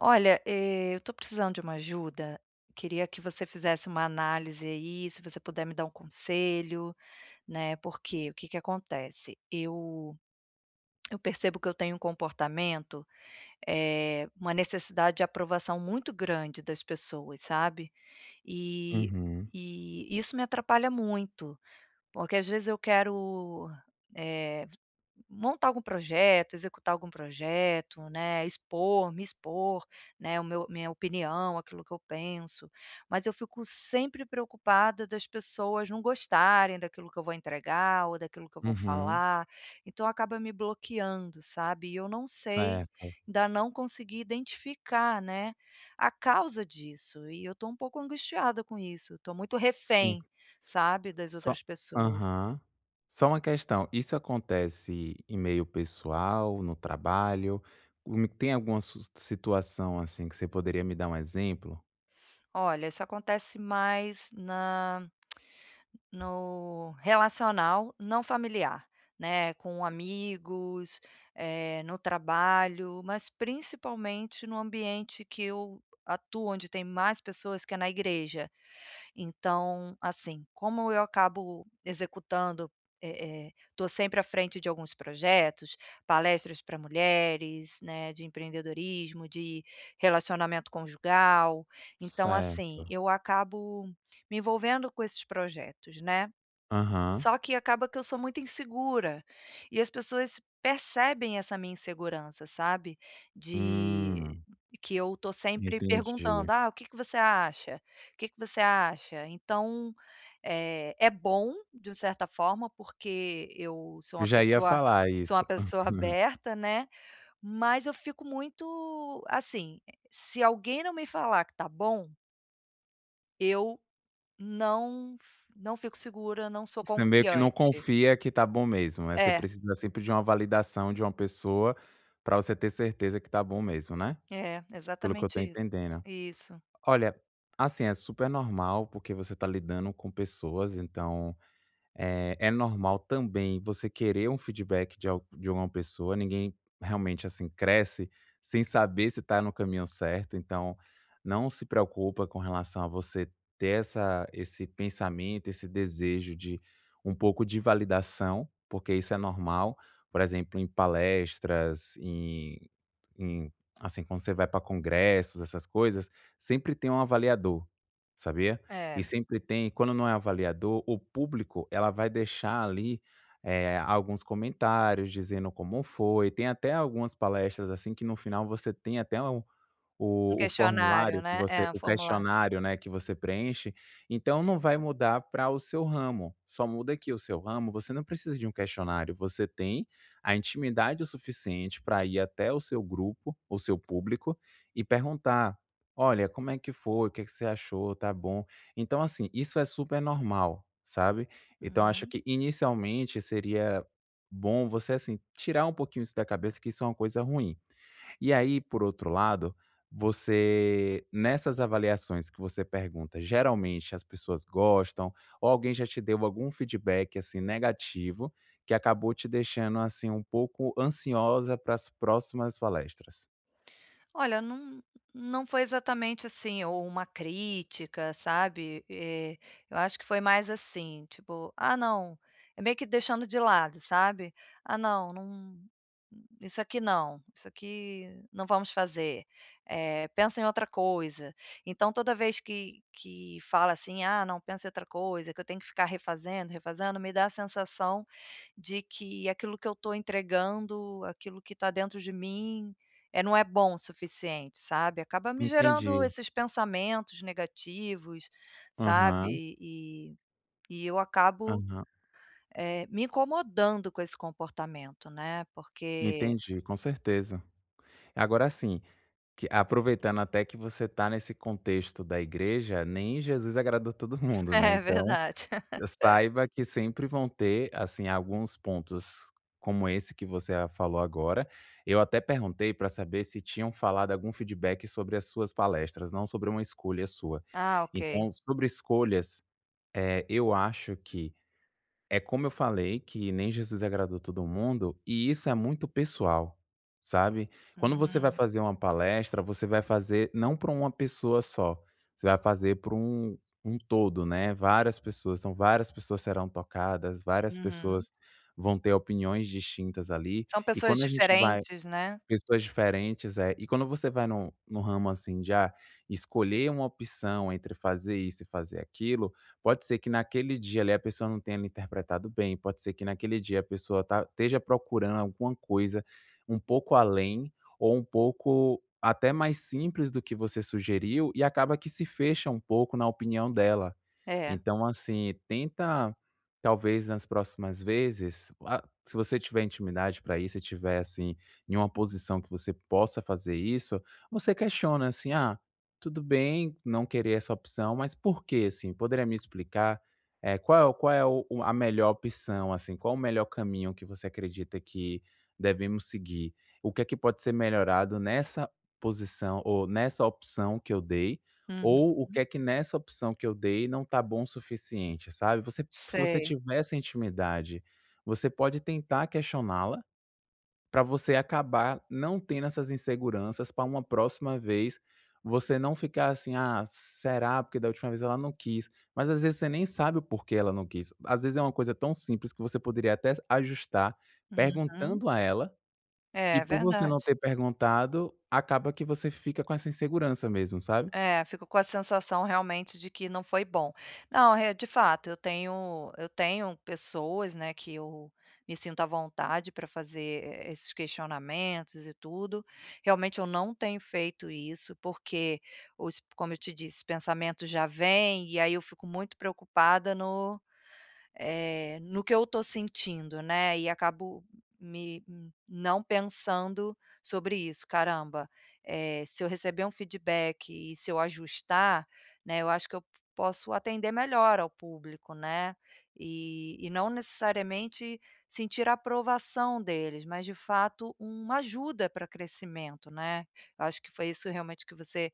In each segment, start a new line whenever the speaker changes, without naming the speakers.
Olha, eu estou precisando de uma ajuda. Queria que você fizesse uma análise aí, se você puder me dar um conselho, né? Porque o que que acontece? Eu percebo que eu tenho um comportamento, uma necessidade de aprovação muito grande das pessoas, sabe? E,
Uhum,
e isso me atrapalha muito, porque às vezes eh, Montar algum projeto, executar algum projeto, né, expor, me expor, né, o meu minha opinião, aquilo que eu penso, mas eu fico sempre preocupada das pessoas não gostarem daquilo que eu vou entregar ou daquilo que eu vou
uhum,
falar, então acaba me bloqueando, sabe, e eu não sei,
certo.
ainda não consegui identificar, né, a causa disso e eu estou um pouco angustiada com isso, estou muito
Sim,
refém, sabe, das
só
outras pessoas.
aham. Só uma questão, isso acontece em meio pessoal, no trabalho? Tem alguma su situação, assim, que você poderia me dar um exemplo?
Olha, isso acontece mais na no relacional, não familiar, né, com amigos, no trabalho, mas principalmente no ambiente que eu atuo, onde tem mais pessoas, que é na igreja. Então, assim, como eu acabo executando, estou sempre à frente de alguns projetos, palestras para mulheres, né, de empreendedorismo, de relacionamento conjugal, então, assim,
Certo.
eu acabo me envolvendo com esses projetos, né.
Aham.
Só que acaba que eu sou muito insegura, e as pessoas percebem essa minha insegurança, sabe, de
Hum,
que eu tô sempre
entendi.
perguntando: "Ah, o que que você acha? O que que você acha?". Então, é bom de certa forma, porque eu
Eu já ia falar
sou
isso.
uma pessoa aberta, né, mas eu fico muito assim, se alguém não me falar que tá bom, eu não não fico segura, não sou
Você meio que não
confiante.
confia que tá bom mesmo, né, você
É.
precisa sempre de uma validação de uma pessoa para você ter certeza que tá bom mesmo, né?
É,
Pelo que eu tô
exatamente isso.
entendendo.
Isso.
Olha, assim, é super normal, porque você tá lidando com pessoas, então é normal também você querer um feedback de uma pessoa, ninguém realmente, assim, cresce sem saber se está no caminho certo, então não se preocupa com relação a você ter essa esse pensamento, esse desejo de um pouco de validação, porque isso é normal. Por exemplo, em palestras, em assim, quando você vai para congressos, essas coisas, sempre tem um avaliador, sabia? E
É,
sempre tem quando não é avaliador, o público, ela vai deixar ali, alguns comentários dizendo como foi. Tem até algumas palestras, assim, que no final você tem até um o
um
o
questionário,
formulário que
né.
você
É, um
o
formulário.
questionário, né, que você preenche, então não vai mudar para o seu ramo, só muda que o seu ramo, você não precisa de um questionário, você tem a intimidade o suficiente para ir até o seu grupo, o seu público e perguntar: "Olha, como é que foi? O que é que você achou? Tá bom?". Então, assim, isso é super normal, sabe. Então acho
Uhum.
que inicialmente seria bom você, assim, tirar um pouquinho isso da cabeça que isso é uma coisa ruim. E aí, por outro lado, você nessas avaliações que você pergunta, geralmente as pessoas gostam ou alguém já te deu algum feedback, assim, negativo, que acabou te deixando, assim, um pouco ansiosa para as próximas palestras?
Olha, não foi exatamente assim, ou uma crítica, sabe. Eu acho que foi mais assim, tipo: "Ah, não", é meio que deixando de lado, sabe. "Ah, não, isso aqui não, isso aqui não vamos fazer, eh, pensa em outra coisa". Então toda vez que fala assim: "Ah, não, pensa em outra coisa", que eu tenho que ficar refazendo, refazendo, me dá a sensação de que aquilo que eu estou entregando, aquilo que está dentro de mim, é, não é bom o suficiente, sabe. Acaba me gerando
Entendi.
esses pensamentos negativos,
Aham,
sabe, e eu acabo,
aham.
me incomodando com esse comportamento, né, porque
Entendi, com certeza. Agora sim, que aproveitando até que você está nesse contexto da igreja, nem Jesus agradou todo mundo, né,
é
então
verdade.
saiba que sempre vão ter, assim, alguns pontos como esse que você a falou agora. Eu até perguntei para saber se tinham falado algum feedback sobre as suas palestras, não sobre uma escolha sua.
Ah, ok.
Então, sobre escolhas, eu acho que é como eu falei que nem Jesus agradou todo mundo, e isso é muito pessoal, sabe. Quando você vai
Hum,
fazer uma palestra, você vai fazer não para uma pessoa só, você vai fazer para um um todo, né, várias pessoas. Então várias pessoas serão tocadas, várias
uhum.
pessoas vão ter opiniões distintas ali,
São
e
pessoas
quando a gente vai.
diferentes, né.
Pessoas diferentes, é. E quando você vai no no ramo, assim, de, ah, escolher uma opção entre fazer isso e fazer aquilo, pode ser que naquele dia ali a pessoa não tenha lhe interpretado bem, pode ser que naquele dia a pessoa esteja procurando alguma coisa um pouco além ou um pouco até mais simples do que você sugeriu e acaba que se fecha um pouco na opinião dela.
É.
Então, assim, tenta, talvez nas próximas vezes, se você tiver intimidade para isso, se tiver assim em uma posição que você possa fazer isso, você questiona assim, ah, tudo bem não querer essa opção, mas por quê, assim? Poderia me explicar é, qual é, qual é a melhor opção, assim, qual o melhor caminho que você acredita que devemos seguir? O que é que pode ser melhorado nessa posição ou nessa opção que eu dei?
Uhum.
Ou o que é que nessa opção que eu dei não tá bom o suficiente, sabe. Você Se você
Sei.
tiver essa intimidade, você pode tentar questioná-la, para você acabar não tendo essas inseguranças, para uma próxima vez você não ficar assim: "Ah, será? Porque da última vez ela não quis", mas às vezes você nem sabe o porquê ela não quis. Às vezes é uma coisa tão simples que você poderia até ajustar
Uhum.
perguntando a ela, e
É,
por você não
verdade.
ter perguntado, acaba que você fica com essa insegurança mesmo, sabe.
É, fico com a sensação realmente de que não foi bom. Não, é, de fato, eu tenho pessoas, né, que eu me sinto à vontade para fazer esses questionamentos e tudo. Realmente eu não tenho feito isso, porque os, como eu te disse, os pensamentos já vêm e aí eu fico muito preocupada no que eu estou sentindo, né, e acabo me não pensando sobre isso. "Caramba, se eu receber um feedback e se eu ajustar, né, eu acho que eu posso atender melhor ao público, né, e não necessariamente sentir a aprovação deles, mas de fato uma ajuda para crescimento", né. Eu acho que foi isso realmente que você,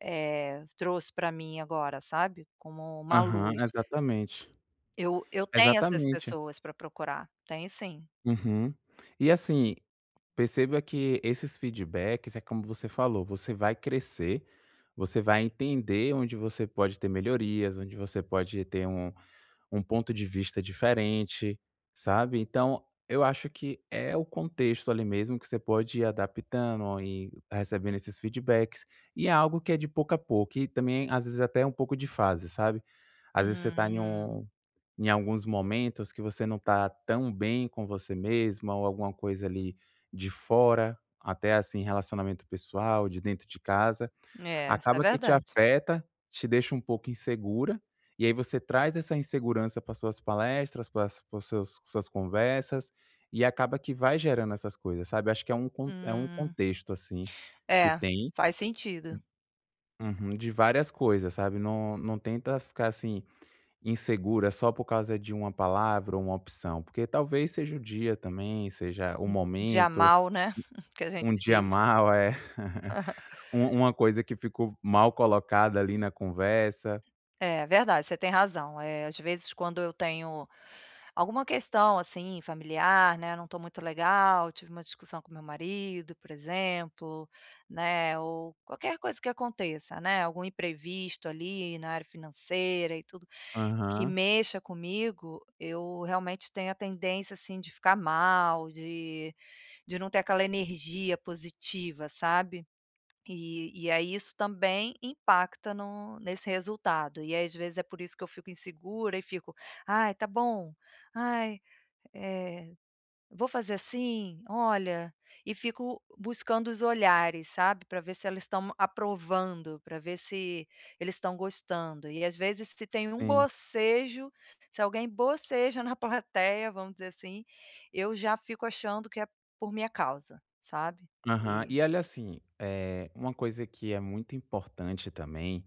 trouxe para mim agora, sabe, como uma
Aham,
luz.
exatamente.
Eu tenho essas
Exatamente.
pessoas para procurar, tenho sim.
Uhum. E assim, perceba que esses feedbacks é como você falou, você vai crescer, você vai entender onde você pode ter melhorias, onde você pode ter um ponto de vista diferente, sabe? Então, eu acho que é o contexto ali mesmo que você pode ir adaptando e recebendo esses feedbacks. E é algo que é de pouco a pouco, e também, às vezes, até um pouco de fase, sabe? Às vezes você tá
Hum,
em alguns momentos que você não está tão bem com você mesma ou alguma coisa ali de fora, até assim relacionamento pessoal, de dentro de casa,
é, isso é
acaba que te
verdade.
afeta, te deixa um pouco insegura, e aí você traz essa insegurança para suas palestras, para as suas conversas, e acaba que vai gerando essas coisas, sabe. Acho que é um con é um
Hum,
contexto assim, que
é,
tem
faz sentido.
uhum, de várias coisas, sabe. Não não tenta ficar assim, insegura só por causa de uma palavra ou uma opção? Porque talvez seja o dia também, seja o
Dia
momento,
mal, né, que a gente
um dia
diz.
mal, é. Uma coisa que ficou mal colocada ali na conversa.
É verdade, você tem razão, às vezes quando eu tenho alguma questão, assim, familiar, né, não estou muito legal, tive uma discussão com meu marido, por exemplo, né, ou qualquer coisa que aconteça, né, algum imprevisto ali na área financeira e tudo que
Aham.
mexa comigo, eu realmente tenho a tendência, assim, de ficar mal, de não ter aquela energia positiva, sabe. E aí isso também impacta no nesse resultado. E aí às vezes é por isso que eu fico insegura e fico: "Ai, tá bom. Ai, é vou fazer assim? Olha, e fico buscando os olhares, sabe, para ver se elas estão aprovando, para ver se eles estão gostando. E às vezes se tem um
Sim.
bocejo, se alguém boceja na plateia, vamos dizer assim, eu já fico achando que é por minha causa, sabe.
Aham.
E
E olha assim, é uma coisa que é muito importante também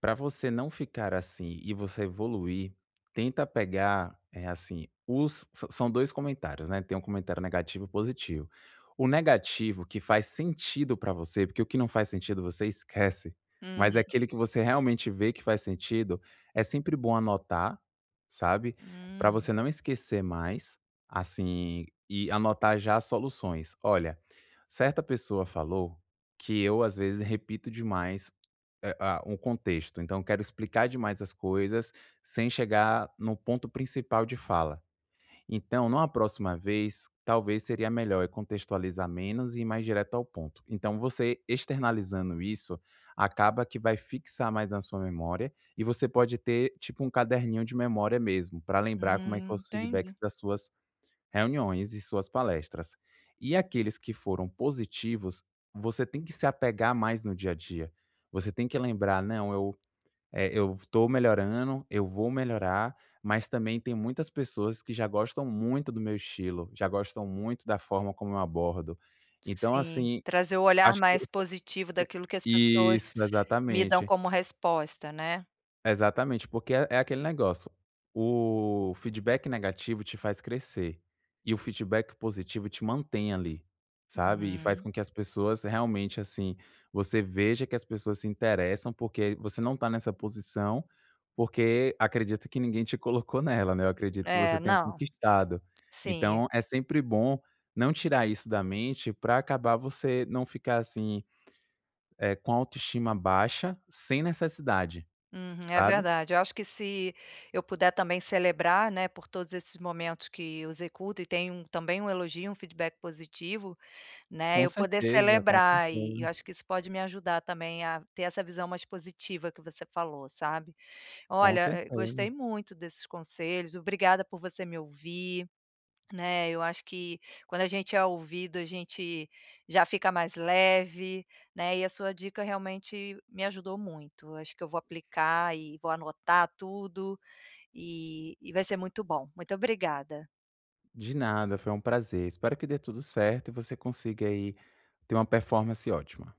para você não ficar assim e você evoluir, tenta pegar, assim, os s são 2 comentários, né, tem um comentário negativo e positivo. O negativo que faz sentido para você, porque o que não faz sentido você esquece, mas é
uhum.
aquele que você realmente vê que faz sentido, é sempre bom anotar, sabe, para
Hum.
você não esquecer mais, assim, e anotar já as soluções. "Olha, certa pessoa falou que eu às vezes repito demais é, ah, um contexto, então eu quero explicar demais as coisas, sem chegar no ponto principal de fala. Então, numa próxima vez, talvez seria melhor eu contextualizar menos e ir mais direto ao ponto. Então, você externalizando isso, acaba que vai fixar mais na sua memória e você pode ter tipo um caderninho de memória mesmo, para lembrar como é que foi os feedbacks
Entendi.
das suas reuniões e suas palestras. E aqueles que foram positivos, você tem que se apegar mais no dia a dia. Você tem que lembrar: "Não, eu, eu estou melhorando, eu vou melhorar", mas também tem muitas pessoas que já gostam muito do meu estilo, já gostam muito da forma como eu abordo. Então,
Sim,
assim,
trazer o olhar
acho que
mais positivo daquilo que as pessoas
isso,
me dão
exatamente.
como resposta, né.
Exatamente, porque é aquele negócio, o feedback negativo te faz crescer, e o feedback positivo te mantém ali, sabe, e faz
Uhum.
com que as pessoas realmente, assim, você veja que as pessoas se interessam, porque você não tá nessa posição, porque acredito que ninguém te colocou nela, né, eu acredito que você
É,
tenha
não.
conquistado.
Sim, é.
Então é sempre bom não tirar isso da mente para acabar você não ficar, assim, com a autoestima baixa, sem necessidade,
Uhum, é
sabe?
verdade. Eu acho que se eu puder também celebrar, né, por todos esses momentos que eu executo e tenho também um elogio, um feedback positivo, né,
Com
eu poder
certeza, com
celebrar e eu
certeza,
acho que isso pode me ajudar também a ter essa visão mais positiva que você falou, sabe.
com
Olha, gostei
certeza.
muito desses conselhos, obrigada por você me ouvir. Né, eu acho que quando a gente é ouvido, a gente já fica mais leve, né, e a sua dica realmente me ajudou muito. Acho que eu vou aplicar e vou anotar tudo e vai ser muito bom. Muito obrigada.
De nada, foi um prazer. Espero que dê tudo certo e você consiga aí ter uma performance ótima.